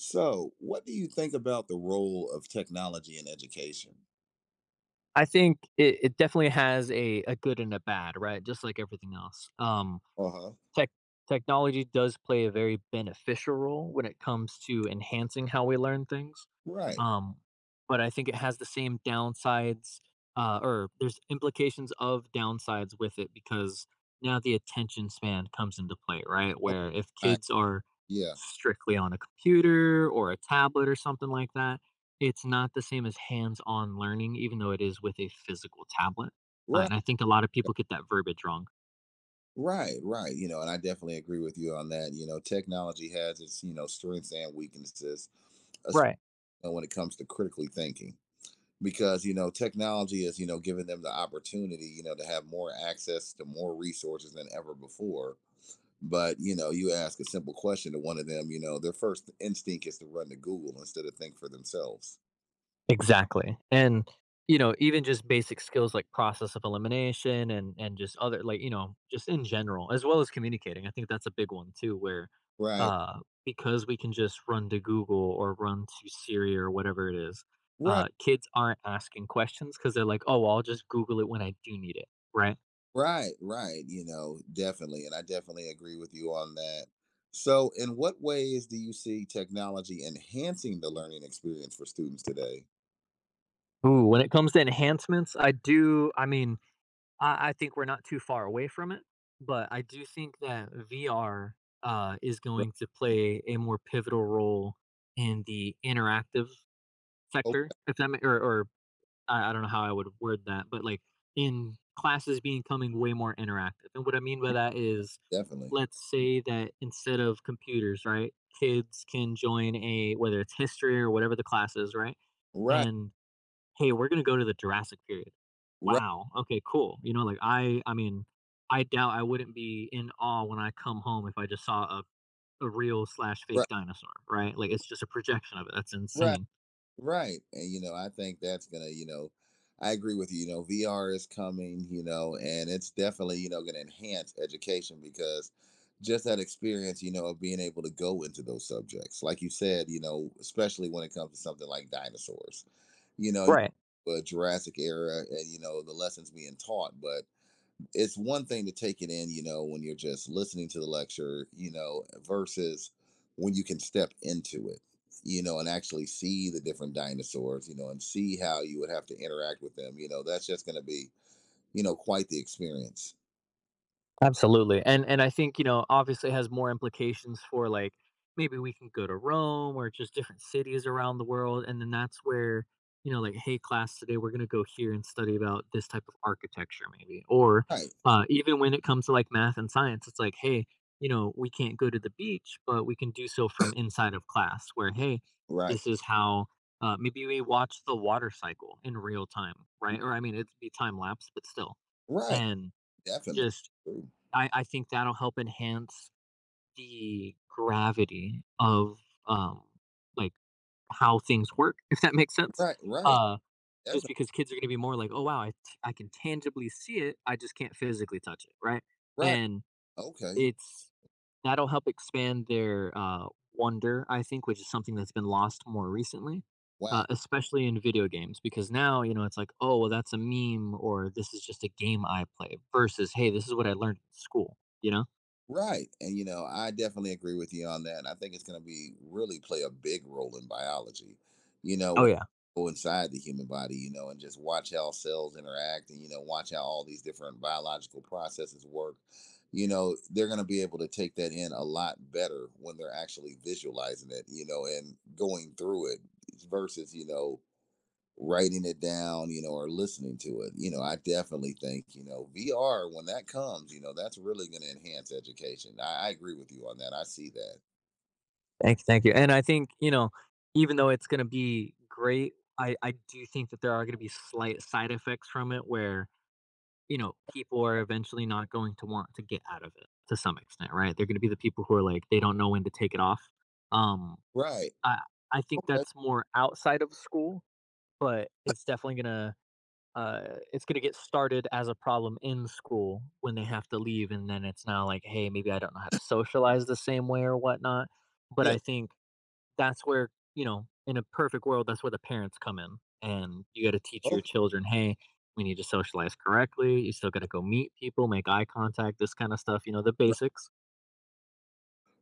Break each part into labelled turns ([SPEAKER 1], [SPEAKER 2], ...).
[SPEAKER 1] So, what do you think about the role of technology in education?
[SPEAKER 2] I think it definitely has a good and a bad, right? Just like everything else.
[SPEAKER 1] Uh huh.
[SPEAKER 2] Tech Technology does play a very beneficial role when it comes to enhancing how we learn things,
[SPEAKER 1] Right.
[SPEAKER 2] um, but I think it has the same downsides, or there's implications of downsides with it because now the attention span comes into play, right?
[SPEAKER 1] Oh,
[SPEAKER 2] Where if
[SPEAKER 1] right.
[SPEAKER 2] kids are
[SPEAKER 1] Yeah.
[SPEAKER 2] strictly on a computer or a tablet or something like that, it's not the same as hands-on learning, even though it is with a physical tablet,
[SPEAKER 1] Right.
[SPEAKER 2] and I think a lot of people get that verbiage wrong.
[SPEAKER 1] Right. Right. And I definitely agree with you on that. Technology has its, strengths and weaknesses, especially
[SPEAKER 2] Right.
[SPEAKER 1] when it comes to critically thinking. Because, technology is, giving them the opportunity, to have more access to more resources than ever before. But, you ask a simple question to one of them, their first instinct is to run to Google instead of think for themselves.
[SPEAKER 2] Exactly. And, you know, even just basic skills like process of elimination and just other, like, you know, just in general, as well as communicating. I think that's a big one too, where
[SPEAKER 1] Right.
[SPEAKER 2] because we can just run to Google or run to Siri or whatever it is,
[SPEAKER 1] Right.
[SPEAKER 2] kids aren't asking questions because they're like, oh well, I'll just Google it when I do need it. Right.
[SPEAKER 1] Right. Right. Definitely. And I definitely agree with you on that. So, in what ways do you see technology enhancing the learning experience for students today?
[SPEAKER 2] Ooh, when it comes to enhancements, I do I mean I think we're not too far away from it, but I do think that VR is
[SPEAKER 1] Right.
[SPEAKER 2] going to play a more pivotal role in the interactive
[SPEAKER 1] Oh,
[SPEAKER 2] sector, if that ma- or I don't know how I would word that, but, like, in classes becoming way more interactive. And what I mean by that is,
[SPEAKER 1] definitely.
[SPEAKER 2] let's say that instead of computers, right, kids can join a, whether it's history or whatever the class is, right,
[SPEAKER 1] Right.
[SPEAKER 2] and, "Hey, we're gonna go to the Jurassic period."
[SPEAKER 1] Right.
[SPEAKER 2] "Wow, okay, cool." You know, like, I mean, I doubt I wouldn't be in awe when I come home if I just saw a real/fake slash
[SPEAKER 1] Right.
[SPEAKER 2] fake dinosaur, right? Like, it's just a projection of it, that's
[SPEAKER 1] Right.
[SPEAKER 2] insane.
[SPEAKER 1] Right. And I think that's gonna, I agree with you. VR is coming, and it's definitely, gonna enhance education because just that experience, of being able to go into those subjects. Like you said, especially when it comes to something like dinosaurs. You know,
[SPEAKER 2] Right.
[SPEAKER 1] Jurassic era and the lessons being taught, but it's one thing to take it in, when you're just listening to the lecture, versus when you can step into it, and actually see the different dinosaurs, and see how you would have to interact with them. That's just going to be, quite the experience.
[SPEAKER 2] Absolutely, and I think, you know, obviously, it has more implications for, like, maybe we can go to Rome or just different cities around the world, and then that's where, you know, like, "Hey, class, today we're gonna go here and study about this type of architecture," maybe, or,
[SPEAKER 1] Right,
[SPEAKER 2] even when it comes to, like, math and science, it's like, "Hey, you know, we can't go to the beach, but we can do so from inside of class," where, "Hey,
[SPEAKER 1] right,
[SPEAKER 2] this is how" maybe we watch the water cycle in real time, right? Or, I mean, it'd be time lapse, but still,
[SPEAKER 1] right.
[SPEAKER 2] and
[SPEAKER 1] Definitely.
[SPEAKER 2] just I think that'll help enhance the gravity of, um, like, how things work, if that makes sense.
[SPEAKER 1] Right, right.
[SPEAKER 2] Uh, just
[SPEAKER 1] Definitely.
[SPEAKER 2] because kids are gonna be more like, "Oh, wow, I can tangibly see it, I just can't physically touch it," right?
[SPEAKER 1] Right.
[SPEAKER 2] And
[SPEAKER 1] Okay.
[SPEAKER 2] it's that'll help expand their, wonder, I think, which is something that's been lost more recently,
[SPEAKER 1] Wow.
[SPEAKER 2] especially in video games, because now, you know, it's like, "Oh, well, that's a meme," or, "This is just a game I play," versus, "Hey, this is what I learned in school," you know?
[SPEAKER 1] Right. And, I definitely agree with you on that. And I think it's going to be really play a big role in biology. You know,
[SPEAKER 2] Oh,
[SPEAKER 1] when
[SPEAKER 2] yeah.
[SPEAKER 1] you go inside the human body, and just watch how cells interact and, watch how all these different biological processes work, they're going to be able to take that in a lot better when they're actually visualizing it, and going through it versus, writing it down, or listening to it. I definitely think, VR, when that comes, that's really going to enhance education. I agree with you on that. I see that.
[SPEAKER 2] Thank you, and I think, you know, even though it's gonna be great, I do think that there are gonna be slight side effects from it where, you know, people are eventually not going to want to get out of it to some extent, right? They're gonna be the people who are like, they don't know when to take it off. Um,
[SPEAKER 1] Right.
[SPEAKER 2] I I think
[SPEAKER 1] Uh,
[SPEAKER 2] that's more outside of school, but it's definitely gonna, it's gonna get started as a problem in school when they have to leave, and then it's now like, "Hey, maybe I don't know how to socialize the same way or whatnot." But
[SPEAKER 1] Yeah.
[SPEAKER 2] I think that's where, you know, in a perfect world, that's where the parents come in. And you got to teach your
[SPEAKER 1] Okay.
[SPEAKER 2] children, hey, we need to socialize correctly. You still got to go meet people, make eye contact, this kind of stuff, you know, the
[SPEAKER 1] Ri-
[SPEAKER 2] basics.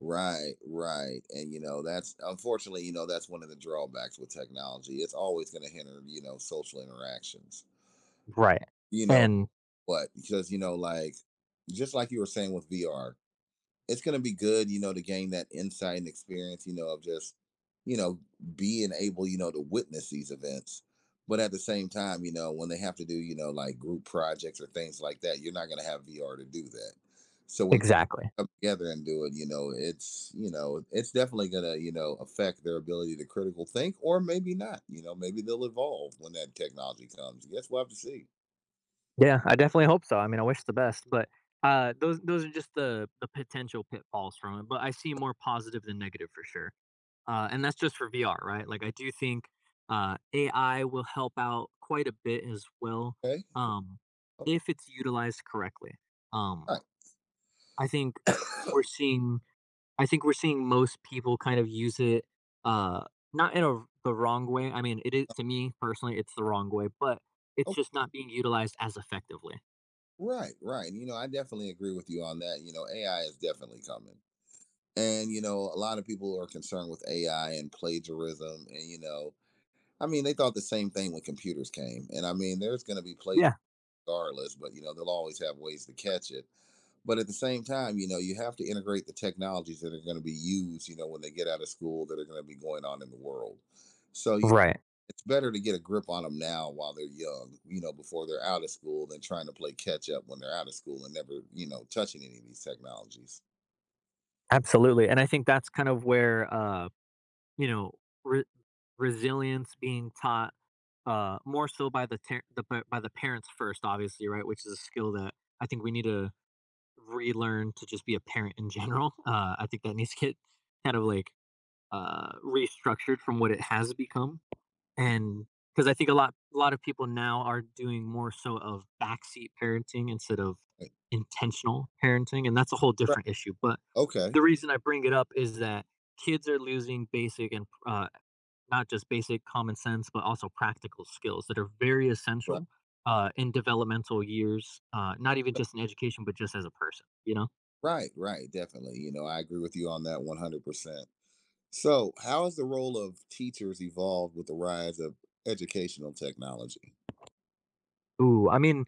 [SPEAKER 1] Right. Right. And, that's unfortunately, that's one of the drawbacks with technology. It's always going to hinder, social interactions.
[SPEAKER 2] Right.
[SPEAKER 1] You know,
[SPEAKER 2] And
[SPEAKER 1] what? Because, like, just like you were saying with VR, it's going to be good, to gain that insight and experience, of just, you know, being able, to witness these events. But at the same time, when they have to do, like group projects or things like that, you're not going to have VR to do that. So when
[SPEAKER 2] exactly.
[SPEAKER 1] they come together and do it, it's definitely going to, affect their ability to critical think or maybe not. Maybe they'll evolve when that technology comes. Guess we'll have to see.
[SPEAKER 2] Yeah, I definitely hope so. I mean, I wish the best, but those are just the potential pitfalls from it. But I see more positive than negative for sure. And that's just for VR, right? Like I do think AI will help out quite a bit as well,
[SPEAKER 1] Okay.
[SPEAKER 2] um,
[SPEAKER 1] Okay.
[SPEAKER 2] if it's utilized correctly. Um,
[SPEAKER 1] All
[SPEAKER 2] I think
[SPEAKER 1] right.
[SPEAKER 2] we're seeing I think we're seeing most people kind of use it, uh, not in a, the wrong way. I mean, it is, to me personally, it's the wrong way, but it's
[SPEAKER 1] Okay.
[SPEAKER 2] just not being utilized as effectively.
[SPEAKER 1] Right, right. And, I definitely agree with you on that. AI is definitely coming. And, a lot of people are concerned with AI and plagiarism. And, I mean, they thought the same thing when computers came. And I mean, there's going to be plagiarism
[SPEAKER 2] Yeah,
[SPEAKER 1] regardless, but, they'll always have ways to catch it. But at the same time, you have to integrate the technologies that are going to be used, when they get out of school that are going to be going on in the world. So, you
[SPEAKER 2] right,
[SPEAKER 1] it's better to get a grip on them now while they're young, before they're out of school than trying to play catch up when they're out of school and never, touching any of these technologies.
[SPEAKER 2] absolutely. And I think that's kind of where. You know, re- resilience being taught, more so by the, by the parents first, obviously, right, which is a skill that I think we need to relearn to just be a parent in general. I think that needs to get kind of like, restructured from what it has become. And because I think a lot of people now are doing more so of backseat parenting instead of
[SPEAKER 1] Right.
[SPEAKER 2] intentional parenting, and that's a whole
[SPEAKER 1] Right.
[SPEAKER 2] different issue. But
[SPEAKER 1] Okay.
[SPEAKER 2] the reason I bring it up is that kids are losing basic and, not just basic common sense, but also practical skills that are very
[SPEAKER 1] Right.
[SPEAKER 2] essential, in developmental years, not even just in education, but just as a person, you know?
[SPEAKER 1] Right. Right. Definitely. I agree with you on that 100%. So, how has the role of teachers evolved with the rise of educational technology?
[SPEAKER 2] Ooh, I mean,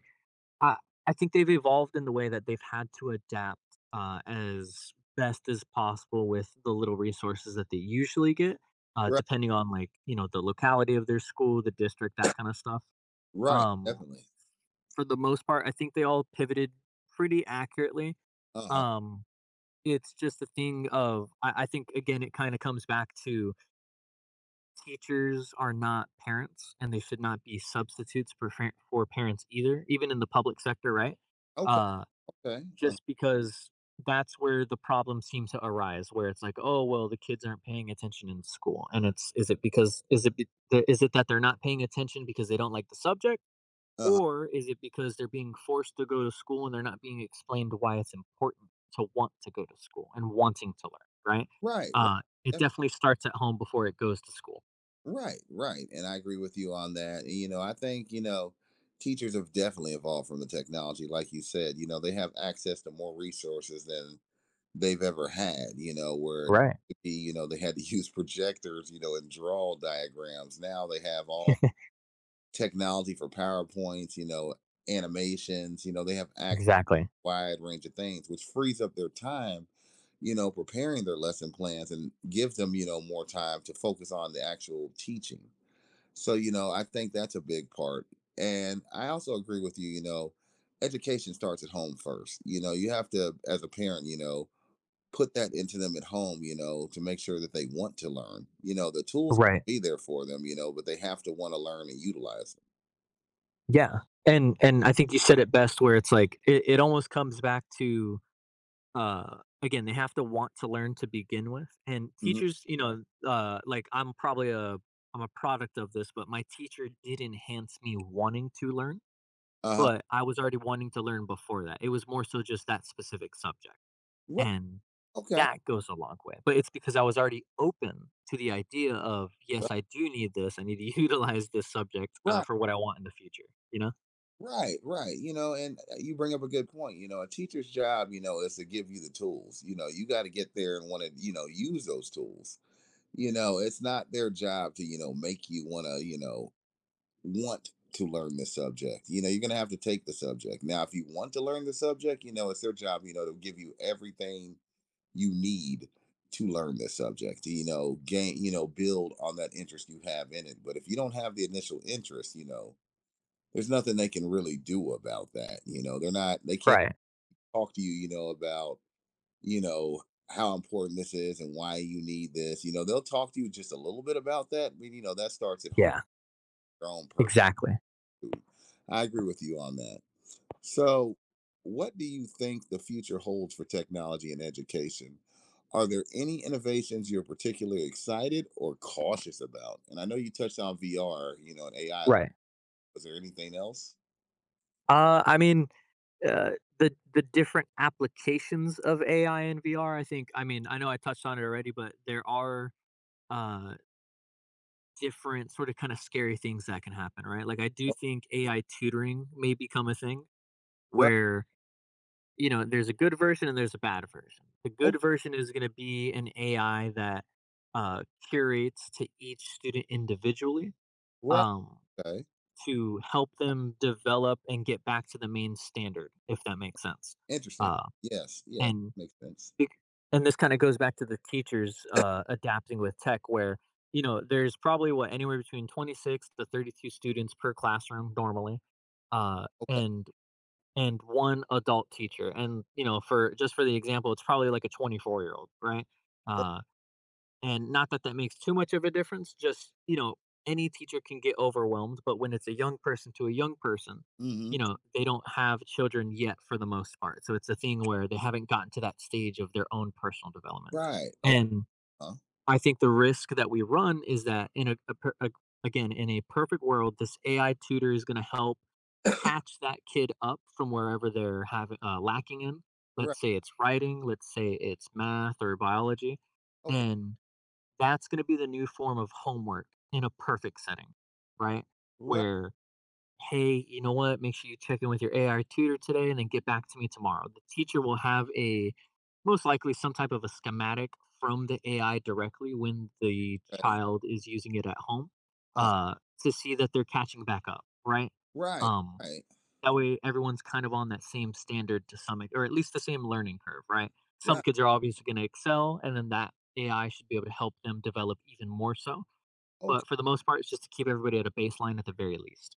[SPEAKER 2] I, I think they've evolved in the way that they've had to adapt, as best as possible with the little resources that they usually get,
[SPEAKER 1] Right.
[SPEAKER 2] depending on, like, you know, the locality of their school, the district, that kind of stuff.
[SPEAKER 1] Right.
[SPEAKER 2] Um,
[SPEAKER 1] Definitely.
[SPEAKER 2] for the most part, I think they all pivoted pretty accurately.
[SPEAKER 1] Uh huh.
[SPEAKER 2] Um, It's just a thing of, I think again it kind of comes back to, teachers are not parents and they should not be substitutes for for parents either, even in the public sector, right?
[SPEAKER 1] Okay.
[SPEAKER 2] Uh,
[SPEAKER 1] Okay. Uh
[SPEAKER 2] just because that's where the problem seems to arise, where it's like, oh well, the kids aren't paying attention in school, and it's, is it that they're not paying attention because they don't like the subject?
[SPEAKER 1] huh.
[SPEAKER 2] Or is it because they're being forced to go to school and they're not being explained why it's important to want to go to school and wanting to learn, right?
[SPEAKER 1] Right.
[SPEAKER 2] It
[SPEAKER 1] Right.
[SPEAKER 2] definitely starts at home before it goes to school.
[SPEAKER 1] Right, right. And I agree with you on that. And, I think, teachers have definitely evolved from the technology. Like you said, they have access to more resources than they've ever had, where it
[SPEAKER 2] Right.
[SPEAKER 1] could be, they had to use projectors, and draw diagrams. Now they have all technology for PowerPoints, animations, they have access
[SPEAKER 2] Exactly.
[SPEAKER 1] to a wide range of things, which frees up their time, preparing their lesson plans and gives them, more time to focus on the actual teaching. So, I think that's a big part. And I also agree with you, education starts at home first. You have to, as a parent, put that into them at home, to make sure that they want to learn. The tools
[SPEAKER 2] Right.
[SPEAKER 1] be there for them, but they have to want to learn and utilize
[SPEAKER 2] Yeah. And I think you said it best where it's like, it almost comes back to, again, they have to want to learn to begin with. And
[SPEAKER 1] them. Mhm.
[SPEAKER 2] teachers, you know, like I'm a product of this, but my teacher did enhance me wanting to learn.
[SPEAKER 1] Uh-huh.
[SPEAKER 2] But I was already wanting to learn before that. It was more so just that specific subject,
[SPEAKER 1] Right.
[SPEAKER 2] and
[SPEAKER 1] Okay.
[SPEAKER 2] that goes a long way. But it's because I was already open to the idea of,
[SPEAKER 1] Right.
[SPEAKER 2] "Yes, I do need this. I need to utilize this subject,
[SPEAKER 1] Right.
[SPEAKER 2] for what I want in the future." You know?
[SPEAKER 1] Right. Right. You know, and you bring up a good point. A teacher's job, is to give you the tools. You got to get there and want to, use those tools. It's not their job to make you want to want to learn the subject. You're gonna have to take the subject. Now if you want to learn the subject, it's their job, to give you everything you need to learn the subject, gain, build on that interest you have in it. But if you don't have the initial interest, there's nothing they can really do about that. They can't
[SPEAKER 2] Right.
[SPEAKER 1] talk to you, you know about, you know how important this is and why you need this. They'll talk to you just a little bit about that, but that starts at home,
[SPEAKER 2] Yeah,
[SPEAKER 1] your own person.
[SPEAKER 2] exactly.
[SPEAKER 1] I agree with you on that. So what do you think the future holds for technology and education? Are there any innovations you're particularly excited or cautious about? And I know you touched on VR, and AI,
[SPEAKER 2] Right.
[SPEAKER 1] was there anything else?
[SPEAKER 2] Uh, I mean, uh, the different applications of AI and VR, I think, I mean, I know I touched on it already, but there are, uh different sort of kind of scary things that can happen, right? Like I do think AI tutoring may become a thing
[SPEAKER 1] Right.
[SPEAKER 2] where, you know, there's a good version and there's a bad version. The
[SPEAKER 1] Oh,
[SPEAKER 2] good version is going to be an AI that, uh, curates to each student individually,
[SPEAKER 1] right.
[SPEAKER 2] um,
[SPEAKER 1] Okay.
[SPEAKER 2] to help them develop and get back to the main standard, if that makes sense.
[SPEAKER 1] Interesting.
[SPEAKER 2] Uh,
[SPEAKER 1] Yes, yes.
[SPEAKER 2] and
[SPEAKER 1] Makes sense.
[SPEAKER 2] Bec and this kinda goes back to the teachers, adapting with tech where, you know, there's probably, what, anywhere between 26 to 32 students per classroom normally, uh,
[SPEAKER 1] Okay.
[SPEAKER 2] and and 1 adult teacher, and, you know, for just for the example, it's probably like a 24-year-old, right? Uh and not that that makes too much of a difference, just, you know, any teacher can get overwhelmed, but when it's a young person to a young person,
[SPEAKER 1] Mm.
[SPEAKER 2] you
[SPEAKER 1] Mhm.
[SPEAKER 2] know, they don't have children yet for the most part. So it's a thing where they haven't gotten to that stage of their own personal development.
[SPEAKER 1] Right. Okay.
[SPEAKER 2] And
[SPEAKER 1] uh,
[SPEAKER 2] I think the risk that we run is that in a, again, in a perfect world, this AI tutor is going to help catch that kid up from wherever they're having, lacking in.
[SPEAKER 1] right.
[SPEAKER 2] Let's say it's writing, let's say it's math or biology,
[SPEAKER 1] Okay.
[SPEAKER 2] and that's going to be the new form of homework in a perfect setting, right?
[SPEAKER 1] Right.
[SPEAKER 2] Where, hey, you know what? Make sure you check in with your AI tutor today and then get back to me tomorrow. The teacher will have a most likely some type of a schematic from the AI directly when the
[SPEAKER 1] Okay.
[SPEAKER 2] child is using it at home,
[SPEAKER 1] Uh,
[SPEAKER 2] uh, to see that they're catching back up, right?
[SPEAKER 1] right.
[SPEAKER 2] Um,
[SPEAKER 1] Right.
[SPEAKER 2] that way everyone's kind of on that same standard to some or at least the same learning curve, right? Some
[SPEAKER 1] Right.
[SPEAKER 2] kids are obviously going to excel, and then that AI should be able to help them develop even more so.
[SPEAKER 1] Okay.
[SPEAKER 2] But for the most part, it's just to keep everybody at a baseline at the very least.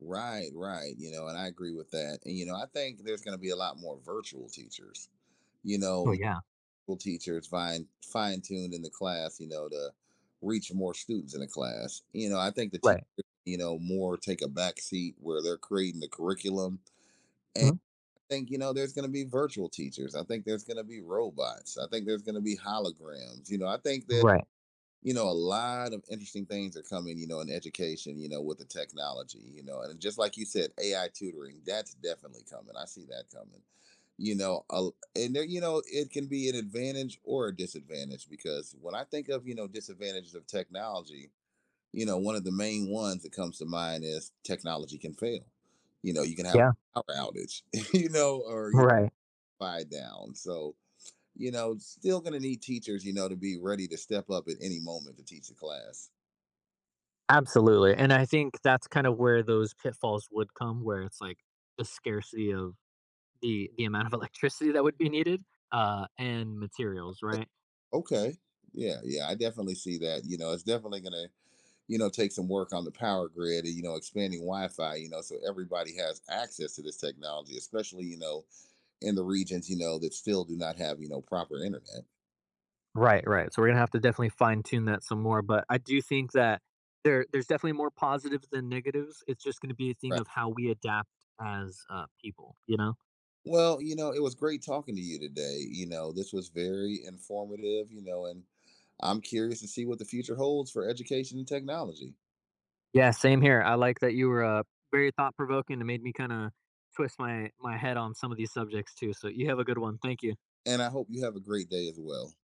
[SPEAKER 1] Right. Right. And I agree with that. And I think there's going to be a lot more virtual teachers. You know,
[SPEAKER 2] Oh yeah,
[SPEAKER 1] virtual teachers fine tuned in the class, to reach more students in the class. I think the teachers,
[SPEAKER 2] right,
[SPEAKER 1] more take a back seat where they're creating the curriculum. And
[SPEAKER 2] Mhm,
[SPEAKER 1] I think there's going to be virtual teachers. I think there's going to be robots. I think there's going to be holograms. I think that,
[SPEAKER 2] right,
[SPEAKER 1] a lot of interesting things are coming, in education, with the technology, and just like you said, AI tutoring, that's definitely coming. I see that coming, and there, it can be an advantage or a disadvantage because when I think of, disadvantages of technology, one of the main ones that comes to mind is technology can fail. You can have
[SPEAKER 2] yeah,
[SPEAKER 1] a power outage, or
[SPEAKER 2] right,
[SPEAKER 1] fire down. So, still going to need teachers, to be ready to step up at any moment to teach a class.
[SPEAKER 2] absolutely. And I think that's kind of where those pitfalls would come, where it's like the scarcity of the amount of electricity that would be needed, and materials, right?
[SPEAKER 1] Okay. Yeah, yeah, I definitely see that. It's definitely going to, take some work on the power grid and, expanding Wi Fi, so everybody has access to this technology, especially, in the regions, that still do not have, proper internet.
[SPEAKER 2] Right, right. So we're gonna have to definitely fine tune that some more, but I do think that there's definitely more positives than negatives. It's just gonna be a thing
[SPEAKER 1] Right.
[SPEAKER 2] of how we adapt as, people, you know?
[SPEAKER 1] Well, it was great talking to you today. This was very informative, and I'm curious to see what the future holds for education and technology.
[SPEAKER 2] Yeah, same here. I like that you were, very thought provoking and made me kind of twist my head on some of these subjects too. So you have a good one. Thank you.
[SPEAKER 1] And I hope you have a great day as well.